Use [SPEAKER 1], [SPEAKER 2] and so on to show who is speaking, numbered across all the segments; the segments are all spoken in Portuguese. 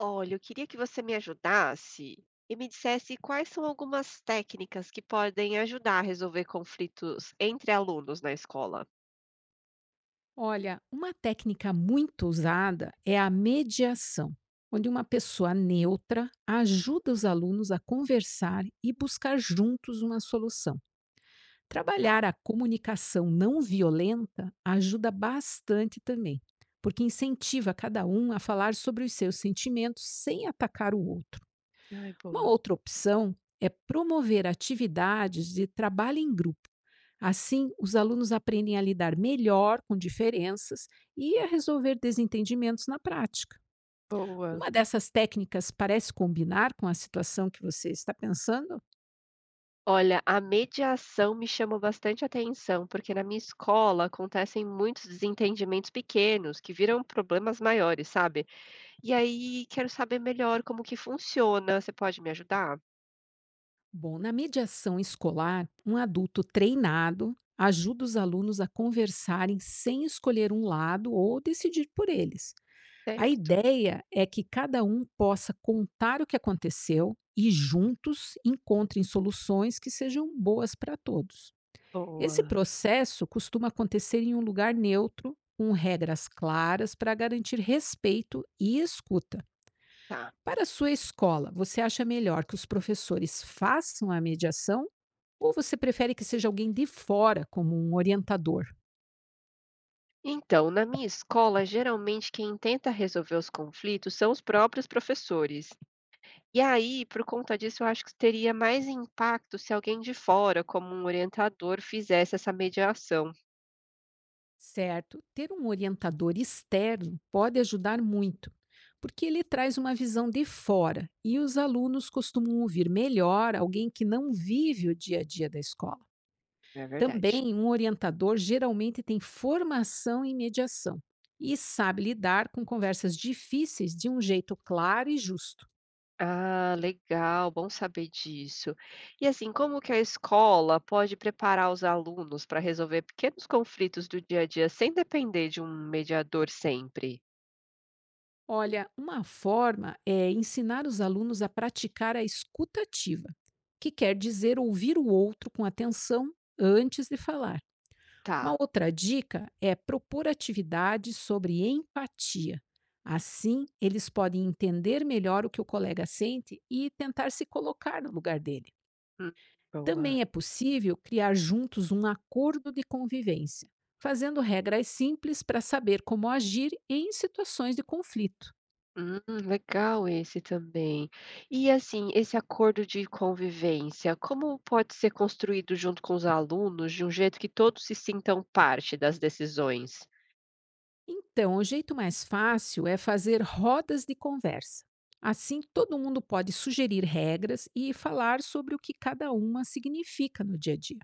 [SPEAKER 1] Olha, eu queria que você me ajudasse e me dissesse quais são algumas técnicas que podem ajudar a resolver conflitos entre alunos na escola.
[SPEAKER 2] Olha, uma técnica muito usada é a mediação, onde uma pessoa neutra ajuda os alunos a conversar e buscar juntos uma solução.
[SPEAKER 1] Tá.
[SPEAKER 2] Trabalhar a comunicação não violenta ajuda bastante também, porque incentiva cada um a falar sobre os seus sentimentos sem atacar o outro.
[SPEAKER 1] Ai,
[SPEAKER 2] Uma
[SPEAKER 1] boa,
[SPEAKER 2] outra opção é promover atividades de trabalho em grupo. Assim, os alunos aprendem a lidar melhor com diferenças e a resolver desentendimentos na prática.
[SPEAKER 1] boa.
[SPEAKER 2] Uma dessas técnicas parece combinar com a situação que você está pensando?
[SPEAKER 1] Olha, a mediação me chama bastante atenção, porque na minha escola acontecem muitos desentendimentos pequenos que viram problemas maiores, sabe? E aí quero saber melhor como que funciona. Você pode me ajudar?
[SPEAKER 2] Bom, na mediação escolar, um adulto treinado ajuda os alunos a conversarem sem escolher um lado ou decidir por eles. A
[SPEAKER 1] Certo.
[SPEAKER 2] ideia é que cada um possa contar o que aconteceu e juntos encontrem soluções que sejam boas para todos. Esse
[SPEAKER 1] Boa.
[SPEAKER 2] processo costuma acontecer em um lugar neutro, com regras claras para garantir respeito e escuta.
[SPEAKER 1] Tá.
[SPEAKER 2] Para a sua escola, você acha melhor que os professores façam a mediação ou você prefere que seja alguém de fora, como um orientador?
[SPEAKER 1] Então, na minha escola, geralmente quem tenta resolver os conflitos são os próprios professores. E aí, por conta disso, eu acho que teria mais impacto se alguém de fora, como um orientador, fizesse essa mediação.
[SPEAKER 2] Certo, ter um orientador externo pode ajudar muito, porque ele traz uma visão de fora e os alunos costumam ouvir melhor alguém que não vive o dia a dia da escola.
[SPEAKER 1] É verdade.
[SPEAKER 2] Também, um orientador geralmente tem formação em mediação e sabe lidar com conversas difíceis de um jeito claro e justo.
[SPEAKER 1] Ah, legal, bom saber disso. E assim, como que a escola pode preparar os alunos para resolver pequenos conflitos do dia a dia sem depender de um mediador sempre?
[SPEAKER 2] Olha, uma forma é ensinar os alunos a praticar a escutativa, que quer dizer ouvir o outro com atenção antes de falar. Uma
[SPEAKER 1] Tá.
[SPEAKER 2] outra dica é propor atividades sobre empatia. Assim, eles podem entender melhor o que o colega sente e tentar se colocar no lugar dele.
[SPEAKER 1] Hum,
[SPEAKER 2] Também
[SPEAKER 1] boa.
[SPEAKER 2] é possível criar juntos um acordo de convivência, fazendo regras simples para saber como agir em situações de conflito.
[SPEAKER 1] Hum, legal esse também. E assim, esse acordo de convivência, como pode ser construído junto com os alunos de um jeito que todos se sintam parte das decisões?
[SPEAKER 2] Então, o jeito mais fácil é fazer rodas de conversa. Assim, todo mundo pode sugerir regras e falar sobre o que cada uma significa no dia a dia.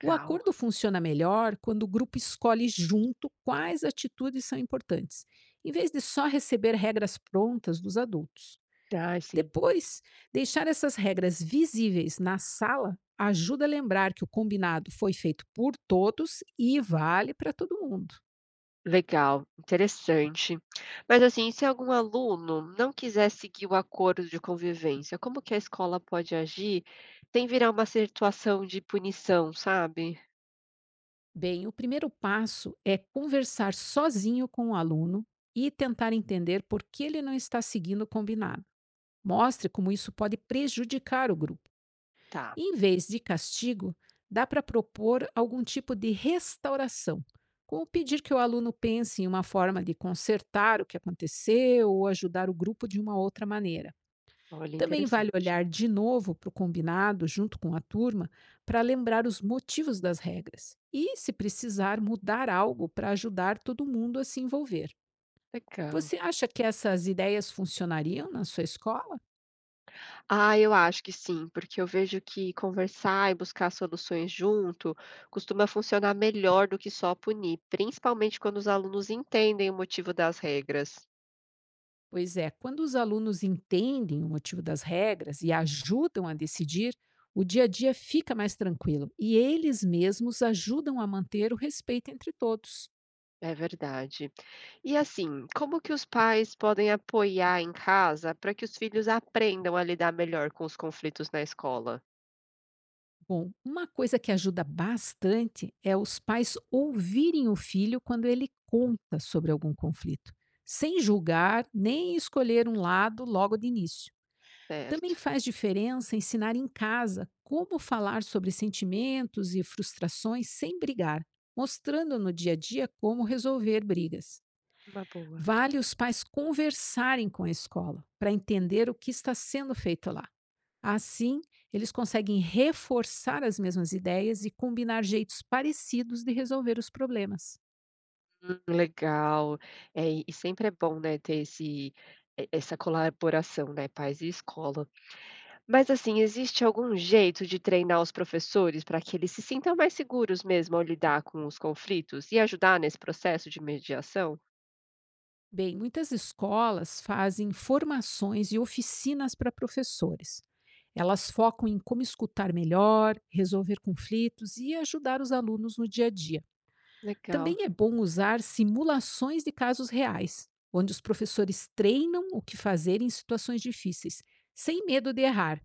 [SPEAKER 2] O acordo funciona melhor quando o grupo escolhe junto quais atitudes são importantes, em vez de só receber regras prontas dos adultos.
[SPEAKER 1] Ah, sim.
[SPEAKER 2] Depois, deixar essas regras visíveis na sala ajuda a lembrar que o combinado foi feito por todos e vale para todo mundo.
[SPEAKER 1] Legal, interessante. Mas assim, se algum aluno não quiser seguir o acordo de convivência, como que a escola pode agir sem virar uma situação de punição, sabe?
[SPEAKER 2] Bem, o primeiro passo é conversar sozinho com o aluno e tentar entender por que ele não está seguindo o combinado. Mostre como isso pode prejudicar o grupo.
[SPEAKER 1] Tá,
[SPEAKER 2] Em vez de castigo, dá para propor algum tipo de restauração, como pedir que o aluno pense em uma forma de consertar o que aconteceu ou ajudar o grupo de uma outra maneira.
[SPEAKER 1] olha,
[SPEAKER 2] Também vale
[SPEAKER 1] interessante.
[SPEAKER 2] olhar de novo para o combinado junto com a turma para lembrar os motivos das regras e, se precisar, mudar algo para ajudar todo mundo a se envolver.
[SPEAKER 1] Legal.
[SPEAKER 2] Você acha que essas ideias funcionariam na sua escola?
[SPEAKER 1] Ah, eu acho que sim, porque eu vejo que conversar e buscar soluções junto costuma funcionar melhor do que só punir, principalmente quando os alunos entendem o motivo das regras.
[SPEAKER 2] Pois é, quando os alunos entendem o motivo das regras e ajudam a decidir, o dia a dia fica mais tranquilo e eles mesmos ajudam a manter o respeito entre todos.
[SPEAKER 1] É verdade. E assim, como que os pais podem apoiar em casa para que os filhos aprendam a lidar melhor com os conflitos na escola?
[SPEAKER 2] Bom, uma coisa que ajuda bastante é os pais ouvirem o filho quando ele conta sobre algum conflito, sem julgar nem escolher um lado logo de início. Também
[SPEAKER 1] Certo.
[SPEAKER 2] faz diferença ensinar em casa como falar sobre sentimentos e frustrações sem brigar, mostrando no dia a dia como resolver brigas.
[SPEAKER 1] Uma boa.
[SPEAKER 2] Vale os pais conversarem com a escola para entender o que está sendo feito lá. Assim, eles conseguem reforçar as mesmas ideias e combinar jeitos parecidos de resolver os problemas.
[SPEAKER 1] Legal. É, e sempre é bom, né, ter esse, essa colaboração, né, pais e escola. Mas assim, existe algum jeito de treinar os professores para que eles se sintam mais seguros mesmo ao lidar com os conflitos e ajudar nesse processo de mediação?
[SPEAKER 2] Bem, muitas escolas fazem formações e oficinas para professores. Elas focam em como escutar melhor, resolver conflitos e ajudar os alunos no dia a dia.
[SPEAKER 1] Legal.
[SPEAKER 2] Também é bom usar simulações de casos reais, onde os professores treinam o que fazer em situações difíceis, sem medo de errar.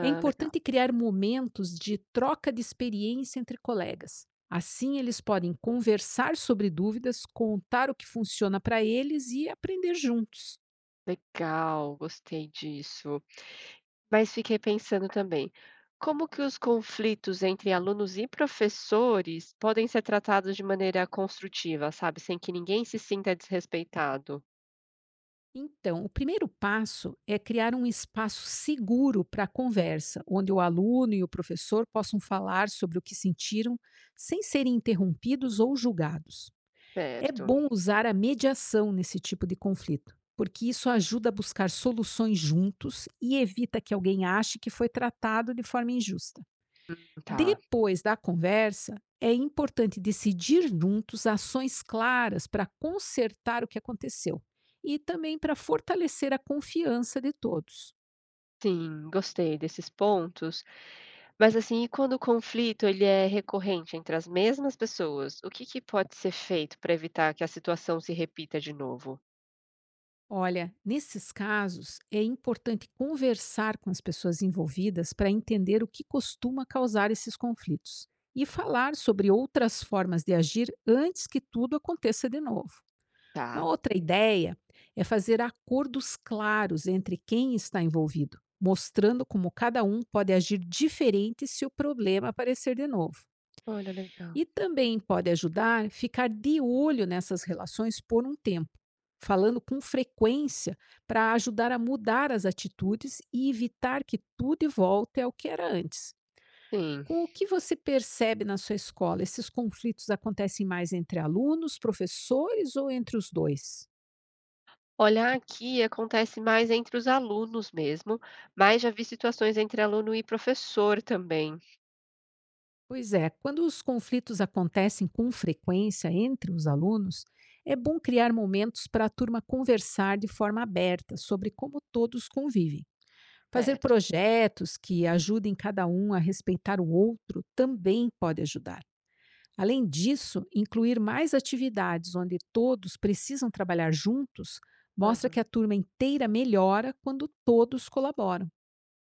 [SPEAKER 2] É
[SPEAKER 1] legal.
[SPEAKER 2] importante criar momentos de troca de experiência entre colegas. Assim, eles podem conversar sobre dúvidas, contar o que funciona para eles e aprender juntos.
[SPEAKER 1] Legal, gostei disso. Mas fiquei pensando também, como que os conflitos entre alunos e professores podem ser tratados de maneira construtiva, sabe, sem que ninguém se sinta desrespeitado?
[SPEAKER 2] Então, o primeiro passo é criar um espaço seguro para a conversa, onde o aluno e o professor possam falar sobre o que sentiram sem serem interrompidos ou julgados. É
[SPEAKER 1] Certo.
[SPEAKER 2] bom usar a mediação nesse tipo de conflito, porque isso ajuda a buscar soluções juntos e evita que alguém ache que foi tratado de forma injusta.
[SPEAKER 1] Tá.
[SPEAKER 2] Depois da conversa, é importante decidir juntos ações claras para consertar o que aconteceu e também para fortalecer a confiança de todos.
[SPEAKER 1] Sim, gostei desses pontos. Mas, assim, e quando o conflito ele é recorrente entre as mesmas pessoas, o que que pode ser feito para evitar que a situação se repita de novo?
[SPEAKER 2] Olha, nesses casos, é importante conversar com as pessoas envolvidas para entender o que costuma causar esses conflitos e falar sobre outras formas de agir antes que tudo aconteça de novo. Uma
[SPEAKER 1] Tá,
[SPEAKER 2] outra ideia é fazer acordos claros entre quem está envolvido, mostrando como cada um pode agir diferente se o problema aparecer de novo.
[SPEAKER 1] olha, legal.
[SPEAKER 2] E também pode ajudar ficar de olho nessas relações por um tempo, falando com frequência para ajudar a mudar as atitudes e evitar que tudo volte ao que era antes.
[SPEAKER 1] Sim.
[SPEAKER 2] Com o que você percebe na sua escola, esses conflitos acontecem mais entre alunos, professores ou entre os dois?
[SPEAKER 1] Olhar aqui acontece mais entre os alunos mesmo, mas já vi situações entre aluno e professor também.
[SPEAKER 2] Pois é, quando os conflitos acontecem com frequência entre os alunos, é bom criar momentos para a turma conversar de forma aberta sobre como todos convivem. Fazer
[SPEAKER 1] Certo.
[SPEAKER 2] projetos que ajudem cada um a respeitar o outro também pode ajudar. Além disso, incluir mais atividades onde todos precisam trabalhar juntos mostra
[SPEAKER 1] Aham.
[SPEAKER 2] que a turma inteira melhora quando todos colaboram.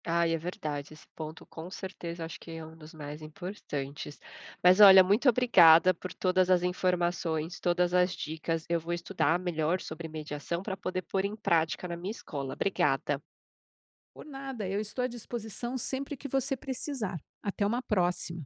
[SPEAKER 1] Ai, é verdade, esse ponto com certeza acho que é um dos mais importantes. Mas olha, muito obrigada por todas as informações, todas as dicas. Eu vou estudar melhor sobre mediação para poder pôr em prática na minha escola. Obrigada.
[SPEAKER 2] Por nada, eu estou à disposição sempre que você precisar. Até uma próxima!